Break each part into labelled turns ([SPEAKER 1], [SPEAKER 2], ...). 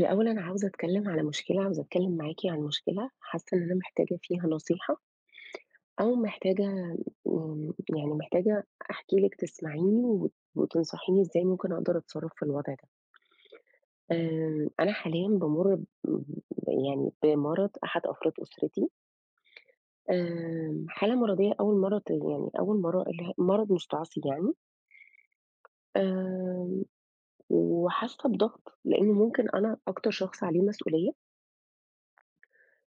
[SPEAKER 1] الأول أنا عاوزة أتكلم على مشكلة، عاوزة أتكلم معاكِ عن مشكلة حاسة إن أنا محتاجة فيها نصيحة، أو محتاجة يعني محتاجة أحكي لِك تسمعيني وتنصحيني إزاي ممكن أقدر أتصرّف في الوضع ده. أنا حاليًا بامُر يعني بمرض أحد أفراد أسرتي، حالة مرضية أول مرّة ت يعني أول مرّة ألاقيها مرض مستعصي يعني، آمم، وحاسة بضغط لإنه ممكن أنا أكتر شخص عليه مسؤولية،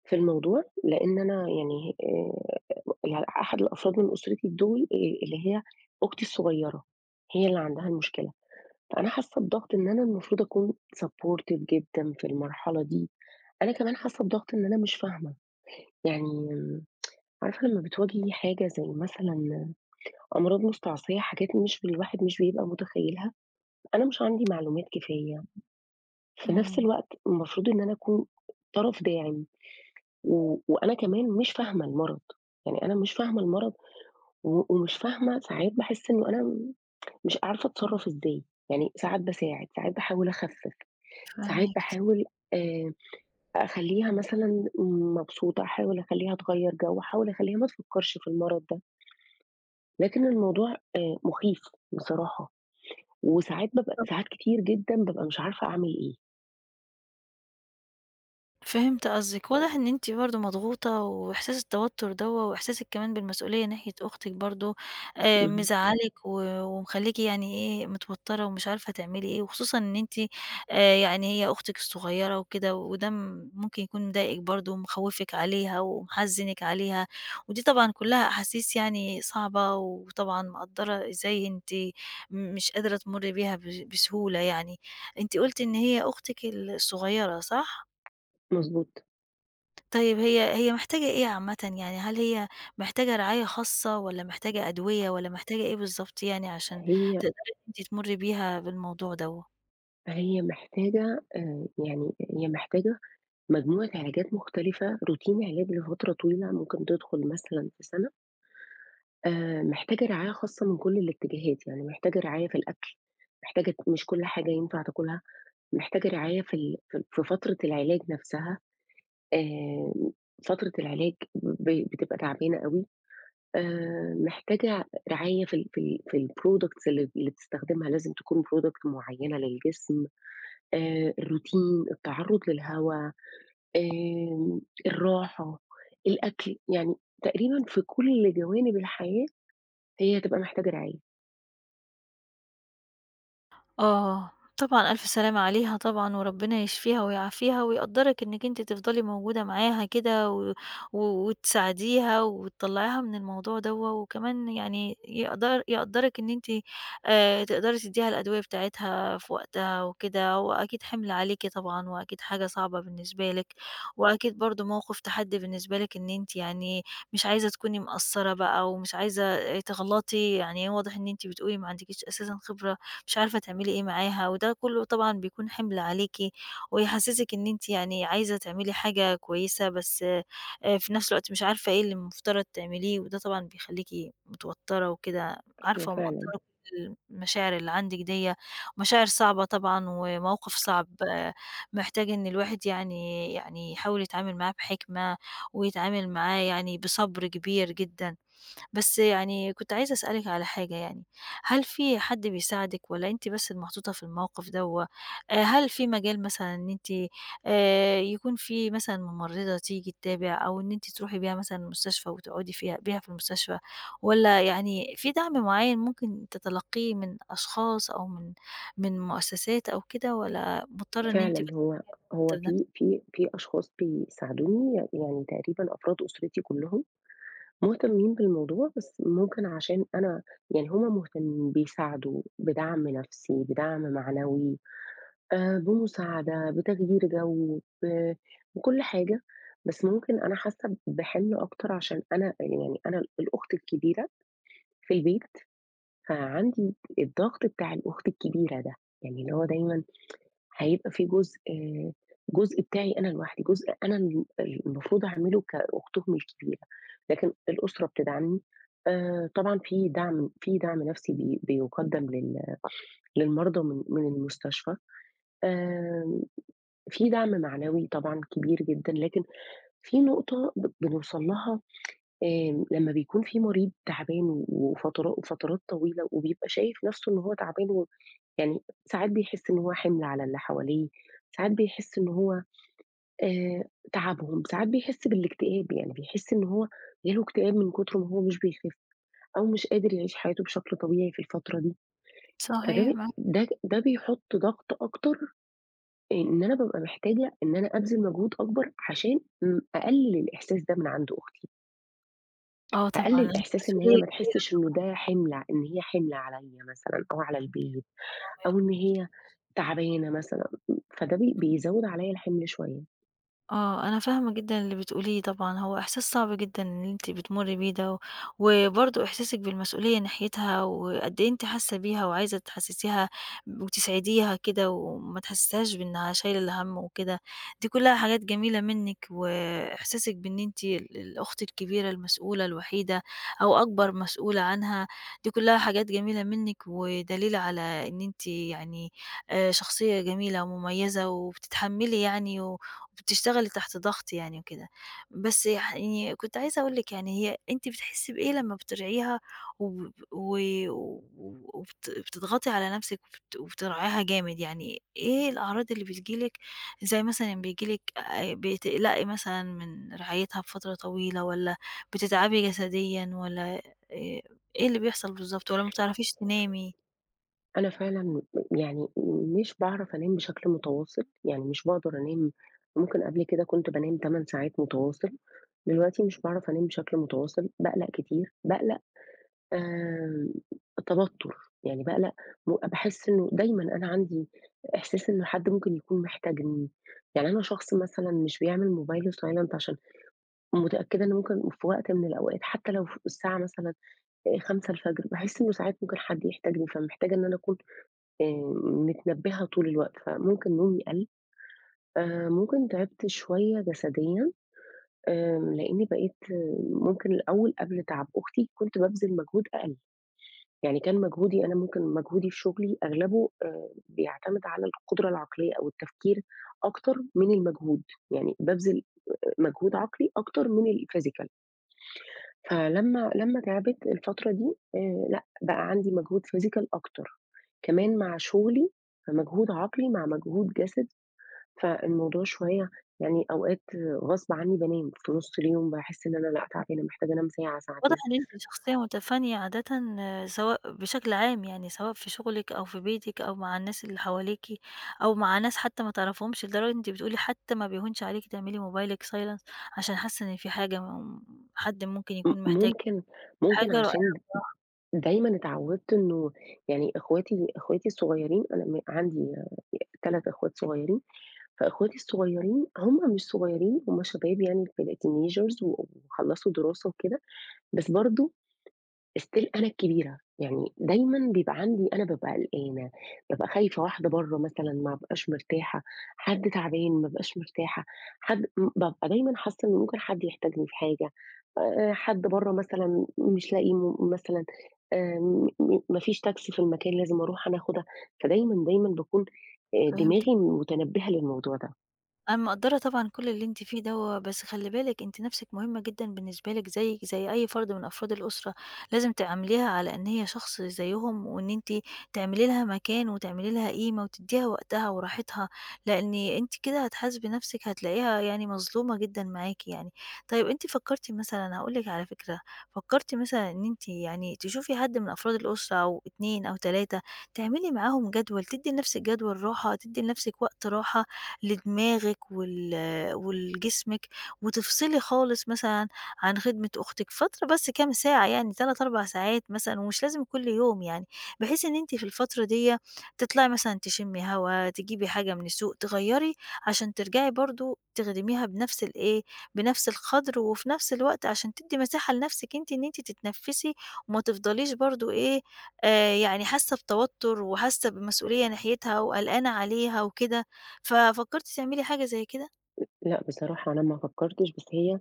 [SPEAKER 1] في الموضوع، لإن أنا يعني أحد الأفراد من أسرتي دول اللي هي أختي الصغيرة، هي اللي عندها المشكلة، فأنا حاسة بضغط إن أنا المفروض أكون supportive جدًا في المرحلة دي، أنا كمان حاسة بضغط إن أنا مش فاهمة، يعني عارفة لمّا بتواجهي حاجة زي مثلًا أمراض مستعصية، حاجات مش الواحد مش بيبقى متخيلها، أنا مش عندي معلومات كفاية، في نفس
[SPEAKER 2] إمم،
[SPEAKER 1] الوقت المفروض إن أنا أكون طرف داعم. وأنا كمان مش فاهمة المرض، يعني أنا مش فاهمة المرض ومش فاهمة ساعات باحس إنه أنا مش عارفة أتصرّف إزاي، يعني ساعات باساعد، ساعات باحاول أخفِّف، ساعات
[SPEAKER 2] فاهماك.
[SPEAKER 1] باحاول آآ أخلّيها مثلًا مبسوطة، أحاول أخلّيها تغيّر جو، أحاول أخلّيها ما تفكّرش في المرض ده، لكن الموضوع مخيف بصراحة، وساعات بابقى ساعات كتير جدًا بابقى مش عارفة أعمل إيه.
[SPEAKER 2] فهمت قصدِك، واضح إن أنتِ برضه مضغوطة، وإحساس التوتر دوّة، وإحساسِك كمان بالمسؤولية ناحية أختِك برضه
[SPEAKER 1] اهم،
[SPEAKER 2] مزعّلِك و ومخلّيكِ يعني إيه متوترة ومش عارفة تعملي إيه، وخصوصًا إن أنتِ يعني هي أختِك الصغيرة وكده، وده ممكن يكون مضايقِك برضه ومخوّفِك عليها ومحزّنِك عليها، ودي طبعًا كلّها أحاسيس يعني صعبة، وطبعًا مقدّرة إزاي أنتِ مش قادرة تمُرّي بيها بسهولة يعني. أنتِ قُلتِ إن هي أختِك الصغيرة، صح؟
[SPEAKER 1] مضبوط،
[SPEAKER 2] طيب هي محتاجة إيه عامةً يعني، هل هي محتاجة رعاية خاصة والّا محتاجة أدوية والّا محتاجة إيه بالضبط يعني عشان
[SPEAKER 1] هي
[SPEAKER 2] تقدري إن أنتِ تمُرّي بيها بالموضوع دوّة؟
[SPEAKER 1] هي محتاجة مجموعة علاجات مختلفة، روتين علاج لفترة طويلة ممكن تدخل مثلًا في سَنة، محتاجة رعاية خاصة من كل الاتجاهات، يعني محتاجة رعاية في الأكل، محتاجة مش كل حاجة ينفع تاكلها، محتاجة رعاية في ال في في فترة العلاج نفسها، آآ فترة العلاج بتبقى تعبانة أوي، محتاجة رعاية في ال في ال في الproducts اللي بتستخدمها، لازم تكون product معيّنة للجسم، الروتين، التعرُّض للهوا، الراحة، الأكل، يعني تقريبًا في كل جوانب الحياة هي هتبقى محتاجة رعاية.
[SPEAKER 2] آه، طبعًا ألف سلامة عليها طبعًا، وربنا يشفيها ويعافيها ويقدّرِك إنِّك أنتِ تفضلي موجودة معاها كده و و وتساعديها وتطلّعيها من الموضوع دوّة، وكمان يعني يقدر يقدّرِك إن أنتِ تقدري تدّيها الأدوية بتاعتها في وقتها وكده، هو أكيد حِمل عليكِ طبعًا وأكيد حاجة صعبة بالنسبة لِك، وأكيد برضه موقِف تحدّي بالنسبة لِك إن أنتِ يعني مش عايزة تكوني مقصّرة بقى ومش عايزة تغلطي، يعني واضح إن أنتِ بتقولي ما عندكيش أساسًا خبرة مش عارفة تعملي إيه معاها، وده كله طبعًا بيكون حِمل عليكِ، ويحسّسِك إن أنتِ يعني عايزة تعملي حاجة كويسة، بس في نفس الوقت مش عارفة إيه اللي المفترض تعمليه، وده طبعًا بيخلّيكِ متوتّرة وكده،
[SPEAKER 1] أيوه
[SPEAKER 2] عارفة ومقدّرة
[SPEAKER 1] فعلًا،
[SPEAKER 2] كل المشاعر اللي عندِك ديّة، مشاعر صعبة طبعًا وموقِف صعب آه، محتاج إن الواحد يعني يحاول يتعامل معاه بحِكمة، ويتعامل معاه يعني بصبر كبير جدًا. بس يعني كنت عايزة أسألِك على حاجة يعني، هل في حد بيساعدِك والّا أنتِ بس المحطوطة في الموقف دوّة؟ هل في مجال مثلًا إن أنتِ يكون في مثلًا ممرضة تيجي تتابع أو إن أنتِ تروحي بيها مثلًا المستشفى وتقعدي فيها بيها في المستشفى، والّا يعني في دعم معيّن ممكن تتلقيه من أشخاص أو من مؤسسات أو كده والّا مضطرة إن أنتِ
[SPEAKER 1] فعلًا
[SPEAKER 2] بس
[SPEAKER 1] هو
[SPEAKER 2] تبدأ؟
[SPEAKER 1] في أشخاص بيساعدوني، يعني تقريبًا أفراد أسرتي كلّهم مهتمين بالموضوع، بس ممكن عشان أنا يعني هُم مهتمين، بيساعدوا بدعم نفسي، بدعم معنوي، بمساعدة، بتغيير جو، بكل حاجة، بس ممكن أنا حاسة بحِمل أكتر عشان أنا يعني أنا الأخت الكبيرة في البيت، فعندي الضغط بتاع الأخت الكبيرة ده، يعني اللي هو دايمًا هيبقى في جزء جزء بتاعي أنا لوحدي، جزء أنا المفروض أعمله كأختهم الكبيرة، لكن الأسرة بتدعمني، طبعًا في دعم نفسي بيُقدّم للمرضى من المستشفى، آآ في دعم معنوي طبعًا كبير جدًا، لكن في نقطة بنوصل لها لمّا بيكون في مريض تعبان و وفترا وفترات طويلة وبيبقى شايف نَفْسه إن هو تعبان يعني ساعات بيحس إن هو حِمل على اللي حواليه، ساعات بيحس إن هو آآ تعبهم، ساعات بيحس بالاكتئاب، يعني بيحس إن هو جاله اكتئاب من كتر ما هو مش بيخِف أو مش قادر يعيش حياته بشكل طبيعي في الفترة دي، فده
[SPEAKER 2] صحيح
[SPEAKER 1] ب
[SPEAKER 2] معاكِ.
[SPEAKER 1] ده ده بيحُط ضغط أكتر إن أنا بابقى محتاجة إن أنا أبذل مجهود أكبر عشان أقلِّل الإحساس ده من عند أختي.
[SPEAKER 2] آه، طبعًا
[SPEAKER 1] أقلل إحساس إن هي
[SPEAKER 2] مسؤولية
[SPEAKER 1] ما تحسّش إنه ده حِمل إن هي حِمل عليّا مثلًا أو على البيت أو إن
[SPEAKER 2] كبيرة.
[SPEAKER 1] هي تعبانة مثلًا، فده بيزوّد عليّا الحِمل شوية.
[SPEAKER 2] آه، أنا فاهمة جدًا اللي بتقوليه طبعًا، هو إحساس صعب جدًا اللي أنتِ بتمُرّي بيه ده، و- وبرضه إحساسِك بالمسؤولية ناحيتها، وقد إيه أنتِ حاسة بيها وعايزة تحسّسيها وتسعديها كده، وما تحسّسهاش بإنها شايلة الهَم وكده، دي كلّها حاجات جميلة منِّك، وإحساسِك بإن أنتِ الأخت الكبيرة المسؤولة الوحيدة أو أكبر مسؤولة عنها، دي كلّها حاجات جميلة منِّك، ودليل على إن أنتِ يعني شخصية جميلة ومميزة، وبتتحمّلي يعني بتشتغلي تحت ضغط يعني وكده. بس يعني كنت عايزة أقول لِك يعني هي أنتِ بتحسّي بإيه لمّا بترعيها وب و و- وبت بتضغطي على نَفْسِك وبتراعيها جامد، يعني إيه الأعراض اللي بتيجي لِك، زي مثلًا بييجي لِك بتقلقي مثلًا من رعايتها بفترة طويلة والّا بتتعبي جسديًا والّا إيه اللي بيحصل بالضبط والّا ما بتعرفيش تنامي؟
[SPEAKER 1] أنا فعلًا يعني مش باعرف أنام بشكل متواصل، يعني مش باقدر أنام ممكن قبل كده كنت بانام 8 ساعات متواصل، دلوقتي مش باعرف أنام بشكل متواصل، باقلق كتير، باقلق آمم، توتُّر، يعني باقلق باحس إنه دايمًا أنا عندي إحساس إنه حد ممكن يكون محتاجني، يعني أنا شخص مثلًا مش بيعمل موبايله silent عشان متأكدة إنه ممكن في وقت من الأوقات حتى لو ف الساعة مثلًا 5:00 باحس إنه ساعات ممكن حد يحتاجني، فمحتاجة إن أنا أكون آآ متنبهة طول الوقت، فممكن نومي قَل، ممكن تعبت شوية جسديًا، لإني بقيت ممكن الأول قبل تعب أختي كنت بابذل مجهود أقل. يعني كان مجهودي أنا ممكن مجهودي في شغلي أغلبه بيعتمد على القدرة العقلية أو التفكير أكتر من المجهود، يعني بابذل مجهود عقلي أكتر من الphysical لمّا تعبت الفترة دي لأ، بقى عندي مجهود physical أكتر، كمان مع شغلي فمجهود عقلي مع مجهود جسدي، فالموضوع شوية يعني أوقات غصب عني بانام في نُص اليوم باحس إن أنا لأ تعبانة محتاجة أنام ساعة،
[SPEAKER 2] واضح
[SPEAKER 1] ساعتين،
[SPEAKER 2] إن أنتِ شخصية متفانية عادةً، آه، سواء بشكل عام يعني، سواء في شغلِك أو في بيتِك أو مع الناس اللي حواليكِ أو مع ناس حتى ما تعرفيهمش، لدرجة أنتِ بتقولي حتى ما بيهونش عليكِ تعملي موبايلِك silence عشان حاسة إن في حاجة حد ممكن
[SPEAKER 1] م
[SPEAKER 2] يكون محتاج
[SPEAKER 1] ممكن
[SPEAKER 2] حاجة
[SPEAKER 1] ممكن
[SPEAKER 2] رائعة،
[SPEAKER 1] عشان دايمًا اتعودت إنه يعني إخواتي الصغيّرين أنا عندي 3 إخوات صغيّرين، فإخواتي الصغيّرين هُم مش صغيّرين هُم شباب يعني في الteenagers وخلّصوا دراسة وكده، بس برضه still أنا الكبيرة، يعني دايمًا بيبقى عندي أنا بابقى قلقانة، بابقى خايفة واحدة برّه مثلًا ما ابقاش مرتاحة، حد تعبان ما ابقاش مرتاحة، حد م بابقى دايمًا حاسة إن ممكن حد يحتاجني في حاجة، حد برّه مثلًا مش لاقي مثلًا م م ما فيش تاكسي في المكان لازم أروح أنا آخُدها، فدايمًا، دايمًا باكون
[SPEAKER 2] فهمتِك.
[SPEAKER 1] دماغي متنبهة للموضوع ده.
[SPEAKER 2] أنا مقدّرة طبعًا كل اللي أنتِ فيه دوّة، بس خلّي بالِك أنتِ نَفْسِك مهمة جدًا بالنسبة لِك زيِّك زي أي فرد من أفراد الأسرة، لازم تعامليها على إن هي شخص زيّهم، وإن أنتِ تعملي لها مكان وتعملي لها قيمة وتدّيها وقتها وراحتها، لإن أنتِ كده هتحاسبي نَفْسِك هتلاقيها يعني مظلومة جدًا معاكِ يعني. طيب أنتِ فكّرتِ مثلًا هاقول لِك على فكرة، فكّرتِ مثلًا إن أنتِ يعني تشوفي حد من أفراد الأسرة أو 2 أو 3 تعملي معاهم جدول، تدّي لنَفْسِك جدول راحة، تدّي لنَفْسِك وقت راحة لدماغِك ولجسمِك، وتفصلي خالص مثلًا عن خدمة أختِك فترة بس كام ساعة يعني 3، 4 ساعات مثلًا ومش لازم كل يوم يعني، بحيث إن أنتِ في الفترة ديّة تطلعي مثلًا تشمي هوا، تجيبي حاجة من السوق، تغيّري عشان ترجعي برضه تخدميها بنفس الإيه، بنفس القدر وفي نفس الوقت عشان تدّي مساحة لنفسِك أنتِ إن أنتِ تتنفّسي وما تفضليش برضه إيه، يعني حاسة بتوتر وحاسة بمسؤولية ناحيتها وقلقانة عليها وكده. ففكرتِ تعملي حاجة زي كده؟
[SPEAKER 1] لأ بصراحة أنا ما فكّرتش، بس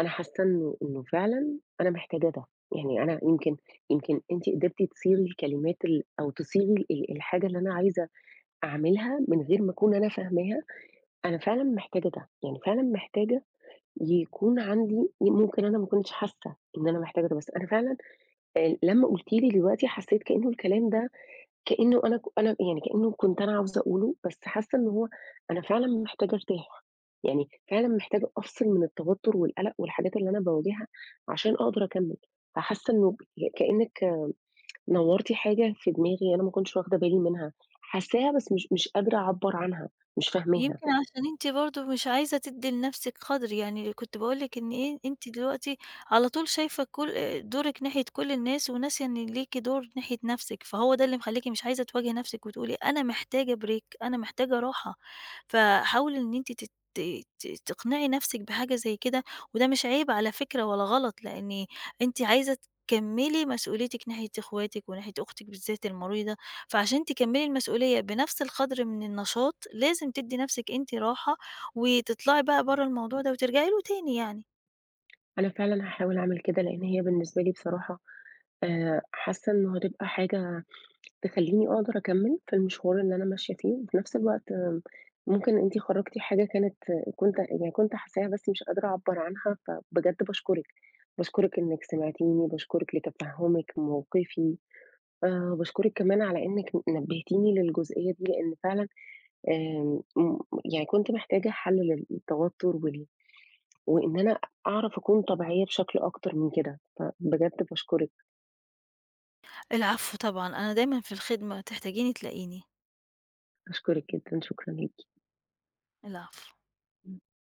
[SPEAKER 1] أنا حاسة إنه فعلًا أنا محتاجة ده، يعني أنا يمكن يمكن أنتِ قدرتِ تصيغي الكلمات أو تصيغي الحاجة اللي أنا عايزة أعملها من غير ما أكون أنا فاهماها، أنا فعلًا محتاجة ده، يعني فعلًا محتاجة يكون عندي ممكن أنا ما كنتش حاسة إن أنا محتاجة ده، بس أنا فعلًا لمّا قلتِ لي دلوقتي حسيت كأنه الكلام ده كإنه أنا ك أنا يعني كإنه كنت أنا عاوزة أقوله، بس حاسة إن أنا فعلًا محتاجة أرتاح، يعني فعلًا محتاجة أفصل من التوتر والقلق والحاجات اللي أنا باواجهها عشان أقدر أكمّل، فحاسة إنه كإنِّك نوّرتِ حاجة في دماغي أنا ما كنتش واخدة بالي منها، حاساها بس مش قادرة أعبّر عنها، مش فاهماها.
[SPEAKER 2] يمكن عشان أنتِ برضه مش عايزة تدّي لنفسِك قدر، يعني كنت باقول لِك إن إيه، أنتِ دلوقتي على طول شايفة كل دورِك ناحية كل الناس وناسية إن ليكِ دور ناحية نفسِك، فهو ده اللي مخلّيكِ مش عايزة تواجهي نفسِك وتقولي أنا محتاجة break، أنا محتاجة راحة. فحاولي إن أنتِ تت ت تقنعي نفسِك بحاجة زي كده، وده مش عيب على فكرة ولا غلط، لإن أنتِ عايزة تكمّلي مسؤوليتِك ناحية إخواتِك وناحية أختِك بالذات المريضة. فعشان تكمّلي المسؤولية بنفس القدر من النشاط، لازم تدّي نفسِك أنتِ راحة، وتطلعي بقى برّه الموضوع ده وترجعي له تاني يعني.
[SPEAKER 1] أنا فعلًا هاحاول أعمل كده، لإن هي بالنسبة لي بصراحة حاسة إنه هتبقى حاجة تخلّيني أقدر أكمّل في المشوار اللي أنا ماشية فيه، وفي نفس الوقت ممكن أنتِ خرّجتِ حاجة كانت كنت يعني كنت حاساها بس مش قادرة أعبّر عنها، فبجد باشكرِك، باشكرِك إنِّك سمعتيني، باشكرِك لتفهُّمِك موقفي، باشكرِك كمان على إنِّك نبّهتيني للجزئية دي، لإن فعلًا آمم، م يعني كنت محتاجة حل للتوتر وإن أنا أعرف أكون طبيعية بشكل أكتر من كده، فبجد باشكرِك،
[SPEAKER 2] العفو طبعًا، أنا دايمًا في الخدمة، تحتاجيني تلاقيني.
[SPEAKER 1] باشكرِك جدًا، شكرًا ليكِ.
[SPEAKER 2] العفو.